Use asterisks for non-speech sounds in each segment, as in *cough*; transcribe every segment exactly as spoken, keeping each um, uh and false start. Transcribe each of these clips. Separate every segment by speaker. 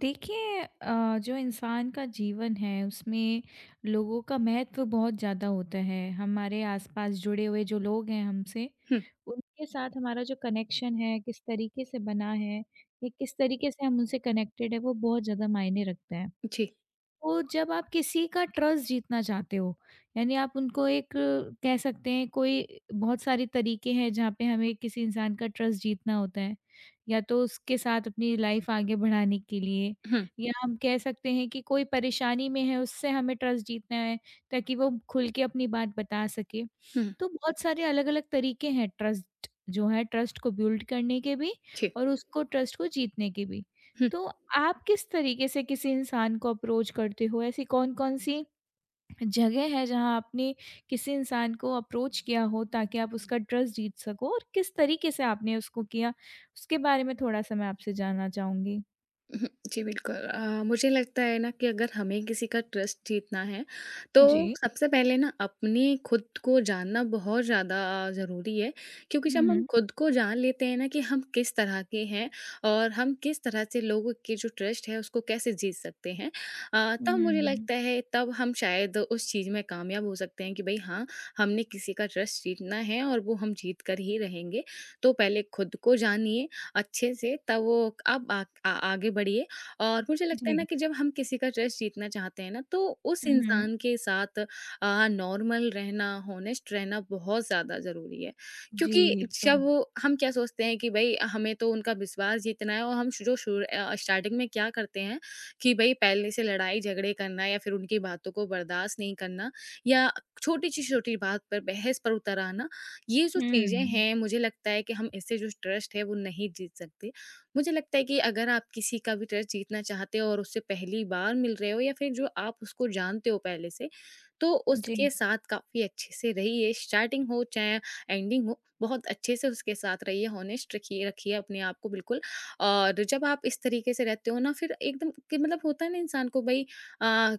Speaker 1: देखिए अ, जो इंसान का जीवन है उसमें लोगों का महत्व बहुत ज़्यादा होता है। हमारे आसपास जुड़े हुए जो लोग हैं हमसे,
Speaker 2: हुँ,
Speaker 1: उनके साथ हमारा जो कनेक्शन है, किस तरीके से बना है या किस तरीके से हम उनसे कनेक्टेड है वो बहुत ज़्यादा मायने रखता है।
Speaker 2: जी।
Speaker 1: तो जब आप किसी का ट्रस्ट जीतना चाहते हो, यानी आप उनको एक अ, कह सकते हैं कोई बहुत सारे तरीके हैं जहाँ पे हमें किसी इंसान का ट्रस्ट जीतना होता है। या तो उसके साथ अपनी लाइफ़ आगे बढ़ाने के लिए
Speaker 2: हुँ,
Speaker 1: या हम कह सकते हैं कि कोई परेशानी में है उससे हमें ट्रस्ट जीतना है ताकि वो खुल के अपनी बात बता सके।
Speaker 2: हुँ,
Speaker 1: तो बहुत सारे अलग-अलग तरीके हैं ट्रस्ट जो है ट्रस्ट को बिल्ड करने के भी
Speaker 2: जी।
Speaker 1: और उसको ट्रस्ट को जीतने के भी।
Speaker 2: हुँ,
Speaker 1: तो आप किस तरीके से किसी इंसान को अप्रोच करते हो? ऐसी कौन-कौन सी जगह है जहाँ आपने किसी इंसान को अप्रोच किया हो ताकि आप उसका ट्रस्ट जीत सको और किस तरीके से आपने उसको किया? उसके बारे में थोड़ा-सा मैं आपसे जानना चाहूँगी।
Speaker 2: हुँ, जी, बिल्कुल। अ, मुझे लगता है ना कि अगर हमें किसी का ट्रस्ट जीतना है, तो
Speaker 1: जी।
Speaker 2: सबसे पहले ना अपने खुद को जानना बहुत ज़्यादा ज़रूरी है, क्योंकि जब हम
Speaker 1: हुँ,
Speaker 2: खुद को जान लेते हैं ना कि हम किस तरह के हैं और हम किस तरह से लोगों के जो ट्रस्ट है, उसको कैसे जीत सकते हैं। अ, तब मुझे
Speaker 1: हुँ।
Speaker 2: लगता है तब हम शायद उस चीज़ में कामयाब हो सकते हैं कि भई हाँ, हमने किसी का ट्रस्ट जीतना है और वो हम जीत कर ही रहेंगे। तो पहले खुद को जानिए अच्छे से, तब वो आप आ, आ, आगे बढ़िए। और मुझे लगता है ना
Speaker 1: जी।
Speaker 2: कि जब हम किसी का ट्रस्ट जीतना चाहते हैं ना, तो उस
Speaker 1: हुँ,
Speaker 2: इंसान के साथ नॉर्मल रहना, होनेस्ट रहना बहुत ज़्यादा ज़रूरी है,
Speaker 1: जी,
Speaker 2: क्योंकि
Speaker 1: ट्रू।
Speaker 2: जब वो- हम क्या सोचते हैं कि भाई हमें तो उनका विश्वास जीतना है, और हम जो स्टार्टिंग में क्या करते हैं कि भाई पहले से लड़ाई झगड़े करना या फिर उनकी बातों को बर्दाश्त नहीं करना या छोटी सी छोटी बात पर बहस पर उतर आना, ये जो चीज़ें
Speaker 1: हुँ,
Speaker 2: हैं मुझे लगता है कि हम इससे जो ट्रस्ट है वो नहीं जीत सकते। मुझे लगता है कि अगर आप किसी का भी ट्रस्ट जीतना चाहते हो और उससे पहली बार मिल रहे हो या फिर जो आप उसको जानते हो पहले से, तो उसके
Speaker 1: जी।
Speaker 2: साथ काफ़ी अच्छे से रहिए। स्टार्टिंग हो चाहे एंडिंग हो, बहुत अच्छे से उसके साथ रहिए, हॉनेस्ट रखिए रखिए अपने आप को बिल्कुल। और जब आप इस तरीके से रहते हो ना, फिर एकदम कि मतलब होता है ना इंसान को भई अ,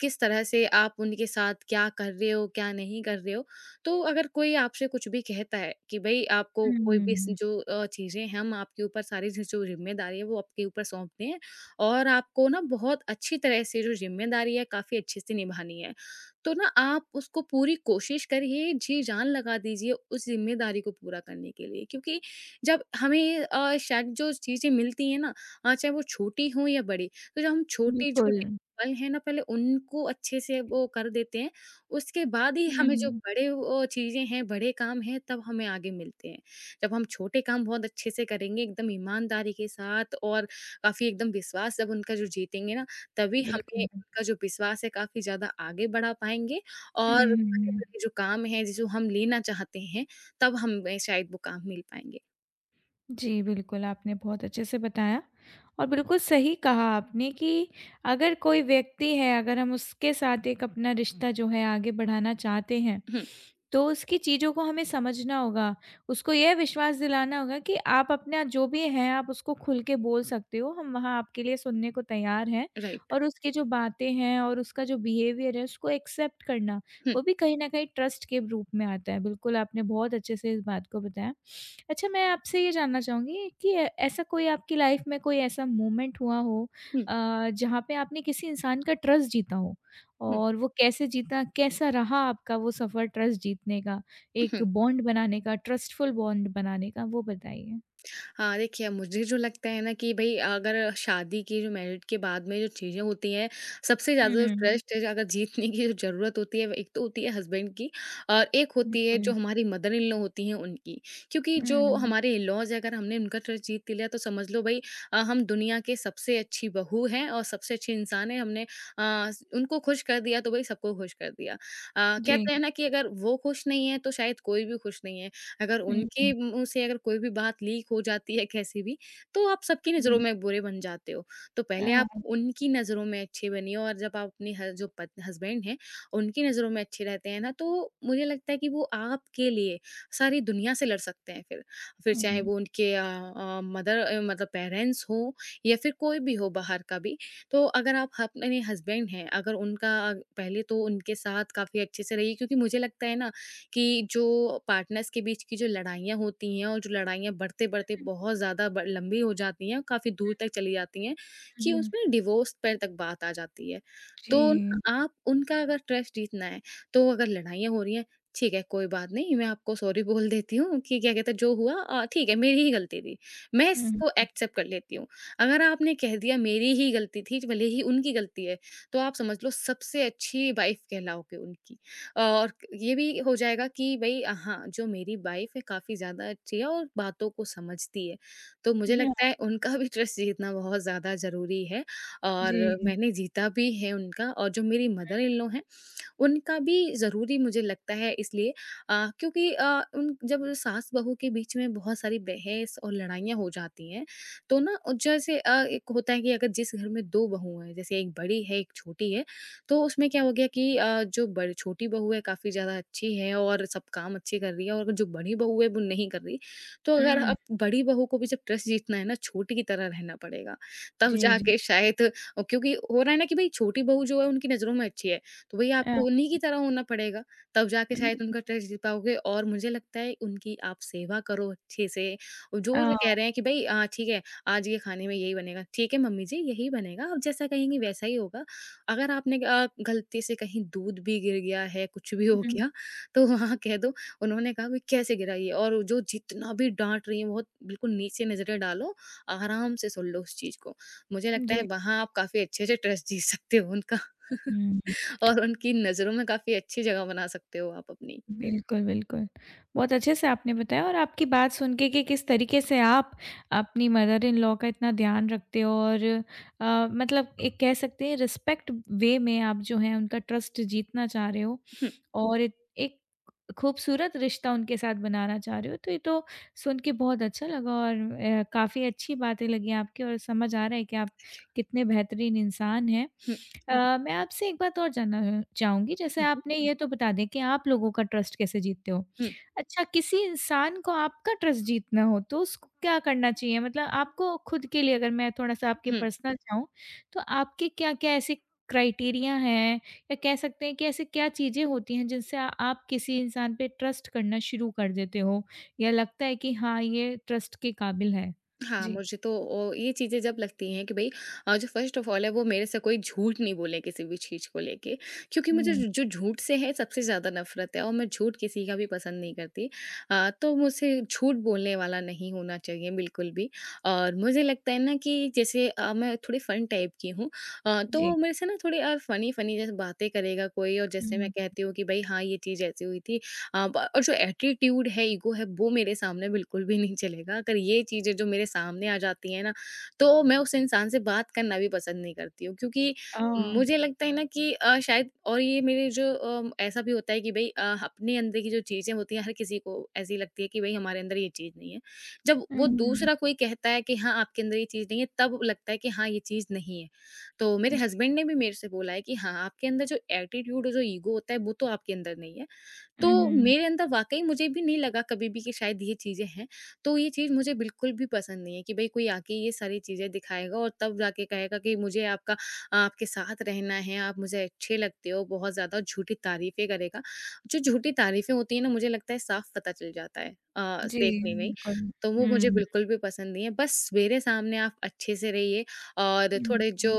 Speaker 2: किस तरह से आप उनके साथ क्या कर रहे हो, क्या नहीं कर रहे हो। तो अगर कोई आपसे कुछ भी कहता है कि भई आपको कोई भी स
Speaker 1: हुँ,
Speaker 2: जो अ, चीज़ें, हम आपके ऊपर सारी ज जो ज़िम्मेदारी है वो आपके ऊपर सौंप दें, और आपको ना बहुत अच्छी तरह से जो ज़िम्मेदारी है काफ़ी अच्छे से निभानी है। तो ना आप उसको पूरी कोशिश करिए, जी जान लगा दीजिए उस ज़िम्मेदारी को पूरा करने के लिए, क्योंकि जब हमें अ, शायद जो चीज़ें मिलती हैं ना, अ, चाहे वो छोटी हों या बड़ी, तो जब हम
Speaker 1: बिल्कुल।
Speaker 2: छोटे-छोटे पल हैं ना, पहले उनको अच्छे से वो कर देते हैं, उसके बाद ही हमें जो
Speaker 1: हुँ,
Speaker 2: बड़े वो चीज़ें हैं, बड़े काम हैं, तब हमें आगे मिलते हैं। जब हम छोटे काम बहुत अच्छे से करेंगे, एकदम ईमानदारी के साथ, और काफ़ी एकदम विश्वास जब उनका जो जीतेंगे ना, तभी हमें
Speaker 1: बिल्कुल।
Speaker 2: उनका जो विश्वास है, काफ़ी ज़्यादा आगे बढ़ा पाएँगे,
Speaker 1: हुँ,
Speaker 2: और
Speaker 1: हुँ, हुँ।
Speaker 2: बड़े-बड़े जो काम हैं, जो हम लेना चाहते हैं, तब हमें शायद वो काम मिल पाएँगे।
Speaker 1: जी, बिल्कुल, आपने बहुत अच्छे से बताया और बिल्कुल सही कहा आपने कि अगर कोई व्यक्ति है, अगर हम उसके साथ एक अपना रिश्ता जो है आगे बढ़ाना चाहते हैं,
Speaker 2: हुँ,
Speaker 1: तो उसकी चीज़ों को हमें समझना होगा। उसको यह विश्वास दिलाना होगा कि आप अपना जो भी है, आप उसको खुल के बोल सकते हो, हम वहाँ आपके लिए सुनने को तैयार हैं
Speaker 2: राइट।
Speaker 1: और उसकी जो बातें हैं और उसका जो बिहेवियर है, उसको एक्सेप्ट करना।
Speaker 2: हुँ,
Speaker 1: वो भी कहीं न कहीं ट्रस्ट के रूप में आता है। बिल्कुल, आपने बहुत अच्छे से इस बात को बताया। अच्छा मैं आपसे ये जानना चाहूँगी कि अ, ऐसा कोई आपकी लाइफ़ में कोई ऐसा मोमेंट हुआ हो
Speaker 2: हुँ,
Speaker 1: अ, जहाँ पे आपने किसी इंसान का ट्रस्ट जीता हो
Speaker 2: हुँ,
Speaker 1: और वो कैसे जीता, कैसा रहा आपका वो सफ़र ट्रस्ट जीतने का, एक
Speaker 2: उहुँ।
Speaker 1: बॉन्ड बनाने का, ट्रस्टफुल बॉन्ड बनाने का? वो बताइए?
Speaker 2: हाँ, देखिए मुझे जो लगता है ना कि भई अगर शादी की जो मैरिड के बाद में जो चीज़ें होती हैं, सबसे ज़्यादा जो
Speaker 1: हुँ,
Speaker 2: ट्रस्ट है जो अगर जीतने की जो ज़रूरत होती है, वो एक तो होती है हस्बैंड की, और एक होती है जो
Speaker 1: बिल्कुल।
Speaker 2: हमारी मदर इन लॉ होती हैं उनकी। क्योंकि जो
Speaker 1: हुँ,
Speaker 2: हमारे इन-लॉज़ हैं, अगर हमने उनका ट्रस्ट जीत लिया तो समझ लो भई अ, हम दुनिया के सबसे अच्छी बहू हैं और सबसे अच्छे इंसान हैं। हमने अ, उनको खुश कर दिया तो भई सबको खुश कर दिया। अ,
Speaker 1: जी।
Speaker 2: कहते हैं ना कि अगर वो खुश नहीं है तो शायद कोई भी खुश नहीं है। अगर
Speaker 1: हुँ,
Speaker 2: उनके
Speaker 1: हुँ,
Speaker 2: मुँह से अगर कोई भी बात लीक हो जाती है कैसे भी, तो आप सबकी नज़रों
Speaker 1: जी।
Speaker 2: में बुरे बन जाते हो। तो पहले आप
Speaker 1: हाँ,
Speaker 2: उनकी नज़रों में अच्छे बनिए, और जब आप अपने ह जो पत हस्बैंड हैं, उनकी नज़रों में अच्छे रहते हैं ना, तो मुझे लगता है कि वो आपके लिए सारी दुनिया से लड़ सकते हैं फिर। फिर चाहे
Speaker 1: हुँ,
Speaker 2: वो उनके अ अ, मदर अ, मतलब पेरेंट्स हों या फिर कोई भी हो बाहर का भी। तो अगर आप ह अपने हस्बैंड हैं, अगर उनका पहले तो उनके साथ काफ़ी अच्छे से रहिए, क्योंकि मुझे लगता है ना कि जो पार्टनर्स के बीच की जो लड़ाइयाँ होती हैं और जो लड़ाइयाँ बढ़ते-बढ़ते बहुत ज़्यादा ब लंबी हो जाती हैं और काफ़ी दूर तक चली जाती हैं कि
Speaker 1: हुँ,
Speaker 2: उसमें डिवोर्स पर तक बात आ जाती है। तो
Speaker 1: जी।
Speaker 2: ना आप उनका अगर ट्रस्ट जीतना है, तो अगर लड़ाइयाँ हो रही हैं, ठीक है कोई बात नहीं, मैं आपको सॉरी बोल देती हूँ कि क्या कहते हैं जो हुआ, अ, ठीक है, मेरी ही गलती थी। मैं
Speaker 1: हुँ,
Speaker 2: इसको एक्सेप्ट कर लेती हूँ। अगर आपने कह दिया मेरी ही गलती थी, भले ही उनकी गलती है, तो आप समझ लो सबसे अच्छी वाइफ़ कहलाओगे उनकी। और ये भी हो जाएगा कि भई अ, हाँ, जो मेरी वाइफ़ है काफ़ी ज़्यादा अच्छी है और बातों को समझती है। तो मुझे लगता
Speaker 1: हाँ,
Speaker 2: है उनका भी ट्रस्ट जीतना बहुत ज़्यादा ज़रूरी है, और
Speaker 1: जी।
Speaker 2: मैंने जीता भी है उनका, और जो मेरी मदर इन लॉ हैं उनका भी ज़रूरी मुझे लगता है, इसलिए अ, क्योंकि अ, उन जब सास बहू के बीच में बहुत सारी बहस और लड़ाइयाँ हो जाती हैं, तो ना अ, जैसे अ, एक होता है कि अगर जिस घर में दो बहू हैं, जैसे एक बड़ी है एक छोटी है, तो उसमें क्या हो गया कि अ, जो बड़ी छोटी बहू है काफ़ी ज़्यादा अच्छी है और सब काम अच्छी कर रही है, और जो बड़ी बहू है वो नहीं कर रही, तो अगर
Speaker 1: हुँ,
Speaker 2: आप बड़ी बहू को भी जब ट्रस्ट जीतना है ना, छोटी की तरह रहना पड़ेगा, तब
Speaker 1: जी, जी।
Speaker 2: जाके शायद अ, क्योंकि हो रहा है ना कि भाई छोटी बहू जो है उनकी नज़रों में अच्छी है, तो भैया
Speaker 1: अ,
Speaker 2: आपको उन्हीं की तरह होना पड़ेगा, तब जाके
Speaker 1: हुँ,
Speaker 2: शायद उनका ट्रस्ट जीत पाओगे, और मुझे लगता है उनकी आप सेवा करो अच्छे से। और
Speaker 1: अ,
Speaker 2: जो जो कह रहे हैं कि भई अ, ठीक है, आज ये खाने में यही बनेगा, ठीक है मम्मी जी, यही बनेगा, आप जैसा कहेंगी वैसा ही होगा। अगर आपने अ, गलती से कहीं दूध भी गिर गया है, कुछ भी हो
Speaker 1: हुँ,
Speaker 2: गया, तो वहाँ कह दो। उन्होंने कहा भाई कैसे गिरा ये? और जो जितना भी डाँट रही हैं बहुत, बिल्कुल नीचे नज़रें डालो, आराम से सुन लो उस चीज़ को। मुझे लगता है
Speaker 1: जी।
Speaker 2: वहाँ आप काफ़ी अच्छे से ट्रस्ट जीत सकते हो उनका। *laughs*
Speaker 1: हुँ,
Speaker 2: और उनकी नज़रों में काफ़ी अच्छी जगह बना सकते हो आप अपनी।
Speaker 1: बिल्कुल, बिल्कुल। बहुत अच्छे से आपने बताया और आपकी बात सुन के कि किस तरीके से आप अपनी मदर इन लॉ का इतना ध्यान रखते हो और अ, मतलब एक कह सकते हैं रिस्पेक्ट वे में आप जो हैं उनका ट्रस्ट जीतना चाह रहे हो
Speaker 2: हुँ,
Speaker 1: और एक एक खूबसूरत रिश्ता उनके साथ बनाना चाह रहे हो, तो ये तो सुन के बहुत अच्छा लगा और अ, काफ़ी अच्छी बातें लगी आपकी और समझ आ रहा है कि आप कितने बेहतरीन इंसान हैं।
Speaker 2: हुँ,
Speaker 1: अ, मैं आपसे एक बात और जानना चाहूँगी, जैसे
Speaker 2: हुँ, हुँ,
Speaker 1: आपने ये तो बता दिया कि आप लोगों का ट्रस्ट कैसे जीतते हो।
Speaker 2: हुँ,
Speaker 1: अच्छा किसी इंसान को आपका ट्रस्ट जीतना हो तो उसको क्या करना चाहिए? मतलब आपको खुद के लिए अगर मैं थोड़ा-सा आपके
Speaker 2: हुँ।
Speaker 1: पर्सनल जाऊँ, तो आपके क्या-क्या ऐसे क्राइटेरिया हैं या कह सकते हैं कि ऐसी क्या चीज़ें होती हैं जिनसे आ आप किसी इंसान पे ट्रस्ट करना शुरू कर देते हो या लगता है कि हाँ, ये ट्रस्ट के काबिल है?
Speaker 2: हाँ,
Speaker 1: जी।
Speaker 2: मुझे तो ओ ये चीज़ें जब लगती हैं कि भई अ, जो फ़र्स्ट ऑफ़ ऑल है, वो मेरे से कोई झूठ नहीं बोले किसी भी चीज़ को लेके, क्योंकि मुझे
Speaker 1: हुँ।
Speaker 2: ज जो झूठ से है सबसे ज़्यादा नफ़रत है, और मैं झूठ किसी का भी पसंद नहीं करती। अ, तो मुझसे झूठ बोलने वाला नहीं होना चाहिए बिल्कुल भी। और मुझे लगता है ना कि जैसे अ, मैं थोड़ी फ़न टाइप की हूँ, अ,
Speaker 1: जी।
Speaker 2: तो मेरे से ना थोड़ी अ, फ़नी-फ़नी जैसे बातें करेगा कोई, और जैसे मैं
Speaker 1: हुँ।
Speaker 2: कहती हूँ कि भई हाँ, ये चीज़ ऐसी हुई थी। अ, ब और जो एटीट्यूड है, ईगो है, वो मेरे सामने बिल्कुल भी नहीं चलेगा। अगर ये चीज़ें जो मेरे सामने आ जाती हैं ना, तो मैं उस इंसान से बात करना भी पसंद नहीं करती हूँ, क्योंकि
Speaker 1: ओह!
Speaker 2: मुझे लगता है ना कि अ, शायद, और ये मेरे जो अ, ऐसा भी होता है कि भई अ, अपने अंदर की जो चीज़ें होती हैं, हर किसी को ऐसी लगती है कि भई हमारे अंदर ये चीज़ नहीं है। जब
Speaker 1: हुँ,
Speaker 2: वो
Speaker 1: हुँ।
Speaker 2: दूसरा कोई कहता है कि हाँ, आपके अंदर ये चीज़ नहीं है, तब लगता है कि हाँ, ये चीज़ नहीं है। तो मेरे
Speaker 1: जी।
Speaker 2: हस्बैंड ने भी मेरे से बोला है कि हाँ, आपके अंदर जो एटीट्यूड और जो ईगो होता है, वो तो आपके अंदर नहीं है। तो
Speaker 1: हुँ, हुँ।
Speaker 2: मेरे अंदर वाक़ई मुझे भी नहीं लगा कभी भी कि शायद ये चीज़ें हैं। तो ये चीज़ मुझे बिल्कुल भी पसंद नहीं है कि भई कोई आके ये सारी चीज़ें दिखाएगा, और तब जाके कहेगा कि मुझे आपका आपके साथ रहना है, आप मुझे अच्छे लगते हो, बहुत ज़्यादा झूठी तारीफ़ें करेगा। जो झूठी तारीफ़ें होती हैं ना, मुझे लगता है साफ़ पता चल जाता है अ,
Speaker 1: जी,
Speaker 2: देखने में ही।
Speaker 1: बिल्कुल।
Speaker 2: तो वो मुझे
Speaker 1: हुँ,
Speaker 2: बिल्कुल भी पसंद नहीं है। बस मेरे सामने आप अच्छे से रहिए, और थोड़े जो
Speaker 1: हुँ,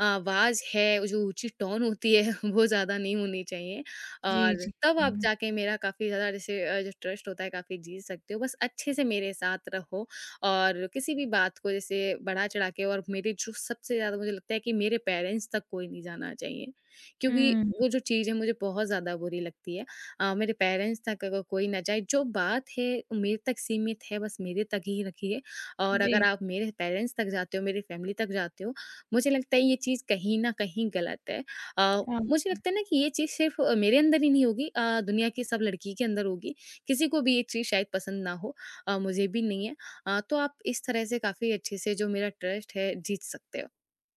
Speaker 2: आवाज़ है, जो ऊँची टोन होती है, *laughs* वो ज़्यादा नहीं होनी चाहिए,
Speaker 1: जी,
Speaker 2: और
Speaker 1: जी।
Speaker 2: तब आप जाके मेरा काफ़ी ज़्यादा, जैसे अ, जो ट्रस्ट होता है, काफ़ी जीत सकते हो। बस अच्छे से मेरे साथ रहो, और किसी भी बात को जैसे बढ़ा-चढ़ा के, और मेरे जो सबसे ज़्यादा मुझे लगता है कि मेरे पेरेंट्स तक कोई नहीं जाना चाहिए, क्योंकि
Speaker 1: हुँ,
Speaker 2: वो जो चीज़ है मुझे बहुत ज़्यादा बुरी लगती है। अ, मेरे पेरेंट्स तक अगर कोई ना जाए, जो बात है मेरे तक सीमित है, बस मेरे तक ही रखिए, और अगर
Speaker 1: जी,
Speaker 2: आप मेरे पेरेंट्स तक जाते हो, मेरी फैमिली तक जाते हो, मुझे लगता है ये चीज़ कहीं न कहीं गलत है। अ,
Speaker 1: आप
Speaker 2: मुझे लगता है ना कि ये चीज़ सिर्फ़ अ, मेरे अंदर ही नहीं होगी, अ, दुनिया की सब लड़की के अंदर होगी। किसी को भी ये चीज़ शायद पसंद ना हो, अ, मुझे भी नहीं है। अ, तो आप इस तरह से काफ़ी अच्छे से जो मेरा ट्रस्ट है जीत सकते हो।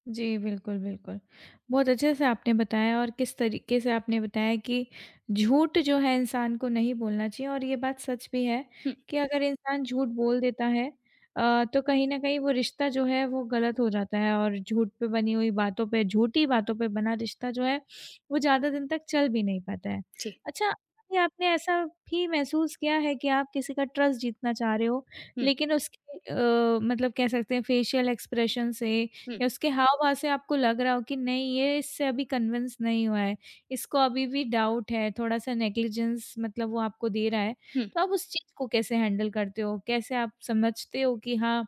Speaker 1: जी, बिल्कुल, बिल्कुल। बहुत अच्छे से आपने बताया और किस तरीके से आपने बताया कि झूठ जो है इंसान को नहीं बोलना चाहिए और ये बात सच भी है
Speaker 2: हुँ,
Speaker 1: कि अगर इंसान झूठ बोल देता है अ, तो कहीं न कहीं वो रिश्ता जो है वो गलत हो जाता है और झूठ पे बनी हुई बातों पे झूठी बातों पे बना रिश्ता जो है वो ज़्यादा दिन तक चल भी नहीं पाता है।
Speaker 2: जी।
Speaker 1: अच्छा, कभी आपने ऐसा भी महसूस किया है कि आप किसी का ट्रस्ट जीतना चाह रहे हो
Speaker 2: हुँ,
Speaker 1: लेकिन उसके अ, मतलब कह सकते हैं फेशियल एक्सप्रेशन से
Speaker 2: हुँ,
Speaker 1: या उसके हाव-भाव से आपको लग रहा हो कि नहीं ये इससे अभी कन्विंस नहीं हुआ है, इसको अभी भी डाउट है, थोड़ा-सा नेग्लिजेंस मतलब वो आपको दे रहा है,
Speaker 2: हुँ।
Speaker 1: तो आप उस चीज़ को कैसे हैंडल करते हो? कैसे आप समझते हो कि हाँ,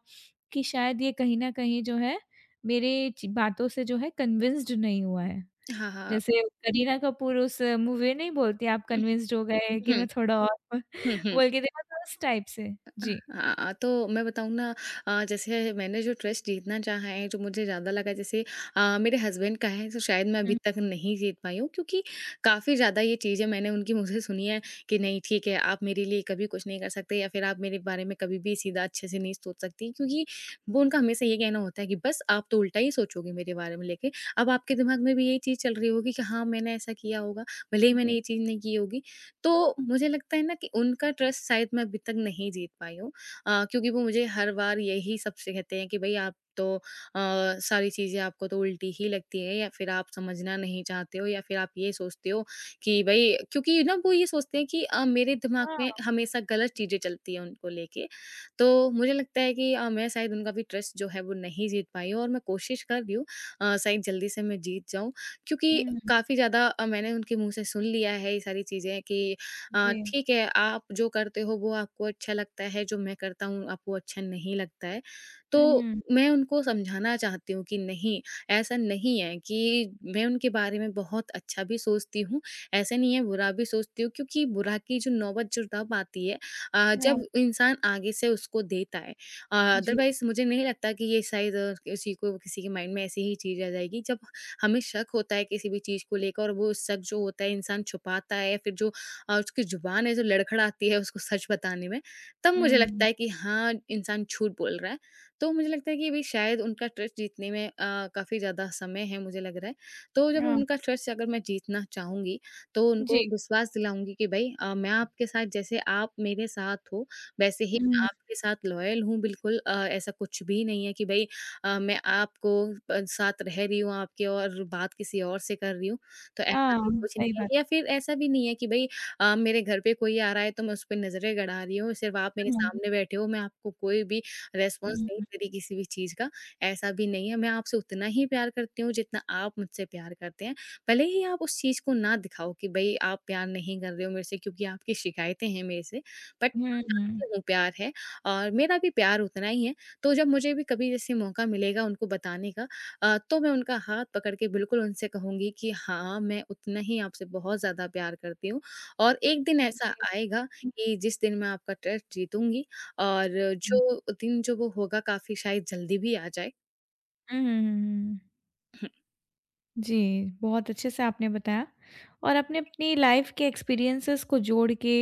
Speaker 1: कि शायद ये कहीं न कहीं जो है मेरे ची बातों से जो है कन्विंस्ड नहीं हुआ है?
Speaker 2: हाँ, हाँ।
Speaker 1: जैसे करीना कपूर उस मूवी में नहीं बोलती आप
Speaker 2: हुँ,
Speaker 1: कन्विंस्ड हो गए कि
Speaker 2: हुँ,
Speaker 1: मैं थोड़ा और *laughs*
Speaker 2: हुँ, हुँ।
Speaker 1: बोल के देखा था *laughs* उस टाइप से? जी।
Speaker 2: हाँ, हाँ, तो मैं बताऊँ ना, अ, जैसे मैंने जो ट्रस्ट जीतना चाहा है, जो मुझे ज़्यादा लगा, जैसे अ, मेरे हस्बैंड का है, तो शायद मैं अभी
Speaker 1: हुँ।
Speaker 2: तक नहीं जीत पाई हूँ, क्योंकि काफ़ी ज़्यादा ये चीज़ें मैंने उनकी मुँह से सुनी हैं कि नहीं ठीक है, आप मेरे लिए कभी कुछ नहीं कर सकते, या फिर आप मेरे बारे में कभी भी सीधा अच्छे से नहीं सोच सकती, क्योंकि वो उनका हमेशा ये कहना होता है कि बस आप तो उल्टा ही सोचोगे मेरे बारे में लेके। अब आपके दिमाग में भी यही चीज़ चल रही होगी कि हाँ, मैंने ऐसा किया होगा, भले ही मैंने
Speaker 1: जी।
Speaker 2: ये चीज़ नहीं की होगी। तो मुझे लगता है ना कि उनका ट्रस्ट शायद मैं अभी तक नहीं जीत पाई हूँ। अ, क्योंकि वो मुझे हर बार यही सबसे कहते हैं कि भई आप तो अ, सारी चीज़ें आपको तो उल्टी ही लगती है, या फिर आप समझना नहीं चाहते हो, या फिर आप ये सोचते हो कि भई, क्योंकि ना वो ये सोचते हैं कि अ, मेरे दिमाग में
Speaker 1: हाँ।
Speaker 2: हमेशा गलत चीज़ें चलती हैं उनको लेके। तो मुझे लगता है कि अ, मैं शायद उनका भी ट्रस्ट जो है वो नहीं जीत पाई हूँ, और मैं कोशिश कर रही हूँ, अ, शायद जल्दी से मैं जीत जाऊँ। क्योंकि
Speaker 1: हुँ,
Speaker 2: काफ़ी ज़्यादा अ, मैंने उनके मुँह से सुन लिया है ये सारी चीज़ें कि अ,
Speaker 1: जी।
Speaker 2: ठीक है, आप जो करते हो वो आपको अच्छा लगता है, जो मैं करता हूँ आपको अच्छा नहीं लगता है। तो
Speaker 1: हुँ, हुँ।
Speaker 2: मैं उनको समझाना चाहती हूँ कि नहीं, ऐसा नहीं है कि मैं उनके बारे में बहुत अच्छा भी सोचती हूँ, ऐसा नहीं है बुरा भी सोचती हूँ, क्योंकि बुरा की जो नौबत जो तब आती है अ,
Speaker 1: हाँ।
Speaker 2: जब इंसान आगे से उसको देता है। अ,
Speaker 1: जी।
Speaker 2: अदरवाइज़ मुझे नहीं लगता कि ये शायद अ, किसी को किसी के माइंड में ऐसी ही चीज़ आ जाएगी। जब हमें शक होता है किसी भी चीज़ को लेकर, और वो शक जो होता है इंसान छुपाता है, या फिर जो और उसकी ज़ुबान है जो लड़खड़ाती है उसको सच बताने में, तब मुझे लगता
Speaker 1: हुँ।
Speaker 2: है कि हाँ, इंसान झूठ बोल रहा है। तो मुझे लगता है कि अभी शायद उनका ट्रस्ट जीतने में अ, काफ़ी ज़्यादा समय है, मुझे लग रहा है। तो जब
Speaker 1: हाँ,
Speaker 2: उनका ट्रस्ट अगर मैं जीतना चाहूँगी, तो
Speaker 1: जी।
Speaker 2: उनको विश्वास दिलाऊँगी कि भई अ, मैं आपके साथ, जैसे आप मेरे साथ हो, वैसे ही मैं
Speaker 1: हुँ,
Speaker 2: आपके साथ लॉयल हूँ, बिल्कुल। अ, ऐसा कुछ भी नहीं है कि भई अ, मैं आपको अ, साथ रह रही हूँ आपके और बात किसी और से कर रही हूँ। तो ऐसा
Speaker 1: हाँ,
Speaker 2: भी कुछ
Speaker 1: सही
Speaker 2: नहीं
Speaker 1: बात
Speaker 2: है, या
Speaker 1: है।
Speaker 2: फिर ऐसा भी नहीं है कि भई अ, मेरे घर पे कोई आ रहा है तो मैं उस पे नज़रें गड़ा रही हूँ, सिर्फ़ आप मेरे
Speaker 1: हुँ,
Speaker 2: सामने बैठे हो, मैं आपको कोई भी रिस्पॉन्स
Speaker 1: हुँ,
Speaker 2: नहीं
Speaker 1: हुँ,
Speaker 2: दे रही किसी भी चीज़ का, ऐसा भी नहीं है। मैं आपसे उतना ही प्यार करती हूँ जितना आप मुझसे प्यार करते हैं। भले ही आप उस चीज़ को ना दिखाओ कि भई आप प्यार नहीं कर रहे हो मेरे से, क्योंकि आपकी शिकायतें हैं मेरे से, बट मैं
Speaker 1: हुँ, हुँ।
Speaker 2: जानती हूँ प्यार है, और मेरा भी प्यार उतना ही है। तो जब मुझे भी कभी, जैसे, मौका मिलेगा उनको बताने का, अ, तो मैं उनका हाथ पकड़ के बिल्कुल उनसे कहूँगी कि हाँ, मैं उतना ही आपसे बहुत ज़्यादा प्यार करती हूँ। और एक दिन ऐसा
Speaker 1: जी।
Speaker 2: आएगा
Speaker 1: हुँ,
Speaker 2: कि जिस दिन मैं आपका ट्रस्ट जीतूँगी, और
Speaker 1: हुँ, हुँ,
Speaker 2: जो दिन जो वो होगा, काफ़ी शायद जल्दी भी आ जाए।
Speaker 1: हुँ, हुँ। हुँ।
Speaker 2: हुँ,
Speaker 1: जी, बहुत अच्छे से आपने बताया और आपने अपनी लाइफ़ के एक्सपीरियंसेस को जोड़ के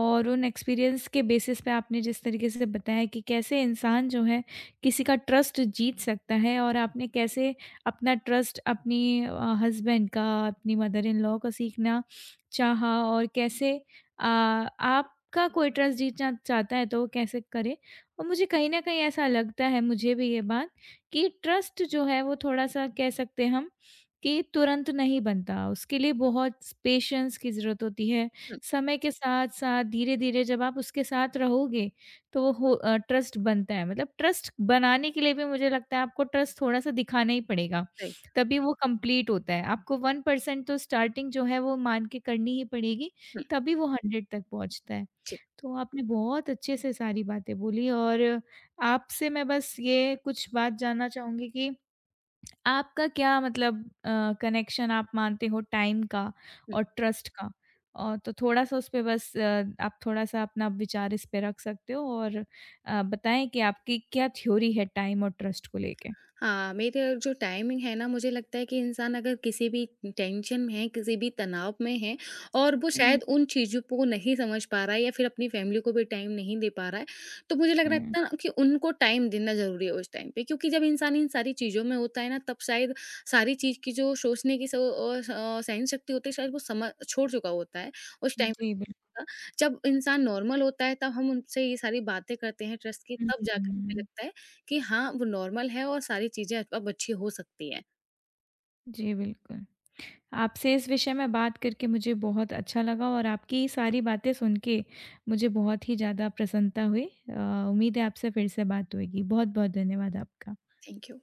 Speaker 1: और उन एक्सपीरियंस के बेसिस पे आपने जिस तरीके से बताया कि कैसे इंसान जो है किसी का ट्रस्ट जीत सकता है और आपने कैसे अपना ट्रस्ट अपनी अ, हस्बैंड का, अपनी मदर इन लॉ का सीखना चाहा और कैसे अ, आपका कोई ट्रस्ट जीतना चाहता है तो वो कैसे करे और मुझे कहीं न कहीं ऐसा लगता है मुझे भी ये बात कि ट्रस्ट जो है वो थोड़ा-सा कह सकते हैं हम कि तुरंत नहीं बनता, उसके लिए बहुत पेशेंस की ज़रूरत होती है।
Speaker 2: हुँ,
Speaker 1: समय के साथ-साथ धीरे-धीरे जब आप उसके साथ रहोगे, तो वो हो अ, ट्रस्ट बनता है। मतलब ट्रस्ट बनाने के लिए भी मुझे लगता है आपको ट्रस्ट थोड़ा-सा दिखाना ही पड़ेगा,
Speaker 2: राइट,
Speaker 1: तभी वो कंप्लीट होता है। आपको वन परसेंट तो स्टार्टिंग जो है वो मान के करनी ही पड़ेगी,
Speaker 2: हुँ,
Speaker 1: तभी वो हंड्रेड तक पहुँचता है।
Speaker 2: जी।
Speaker 1: तो आपने बहुत अच्छे से सारी बातें बोली और आपसे मैं बस ये कुछ बात जानना चाहूँगी कि आपका क्या मतलब अ, कनेक्शन आप मानते हो टाइम का
Speaker 2: हुँ।
Speaker 1: और ट्रस्ट का? और तो थोड़ा-सा उस पे बस अ, आप थोड़ा-सा अपना विचार इस पे रख सकते हो और अ, बताएँ कि आपकी क्या थ्योरी है टाइम और ट्रस्ट को लेके?
Speaker 2: हाँ, मेरे जो टाइमिंग है ना, मुझे लगता है कि इंसान अगर किसी भी टेंशन में है, किसी भी तनाव में है, और वो
Speaker 1: हुँ,
Speaker 2: शायद उन चीज़ों को नहीं समझ पा रहा है, या फिर अपनी फ़ैमिली को भी टाइम नहीं दे पा रहा है, तो मुझे लग रहा
Speaker 1: हुँ।
Speaker 2: है ना कि उनको टाइम देना ज़रूरी है उस टाइम पे, क्योंकि जब इंसान इन सारी चीज़ों में होता है ना, तब शायद सारी चीज़ की जो सोचने की, स अ, स अ, सहन शक्ति होती है, शायद वो समझ छोड़ चुका होता है उस टाइम पे।
Speaker 1: जी, बिल्कुल।
Speaker 2: जब इंसान नॉर्मल होता है, तब हम उनसे ये सारी बातें करते हैं ट्रस्ट की, तब जाकर हमें
Speaker 1: हुँ,
Speaker 2: लगता है कि हाँ, वो नॉर्मल है और सारी चीज़ें अब अच्छी हो सकती हैं।
Speaker 1: जी, बिल्कुल। आपसे इस विषय में बात करके मुझे बहुत अच्छा लगा और आपकी ये सारी बातें सुन के मुझे बहुत ही ज़्यादा प्रसन्नता हुई। अ, उम्मीद है आपसे फिर से बात होएगी। बहुत-बहुत धन्यवाद आपका।
Speaker 2: Thank you.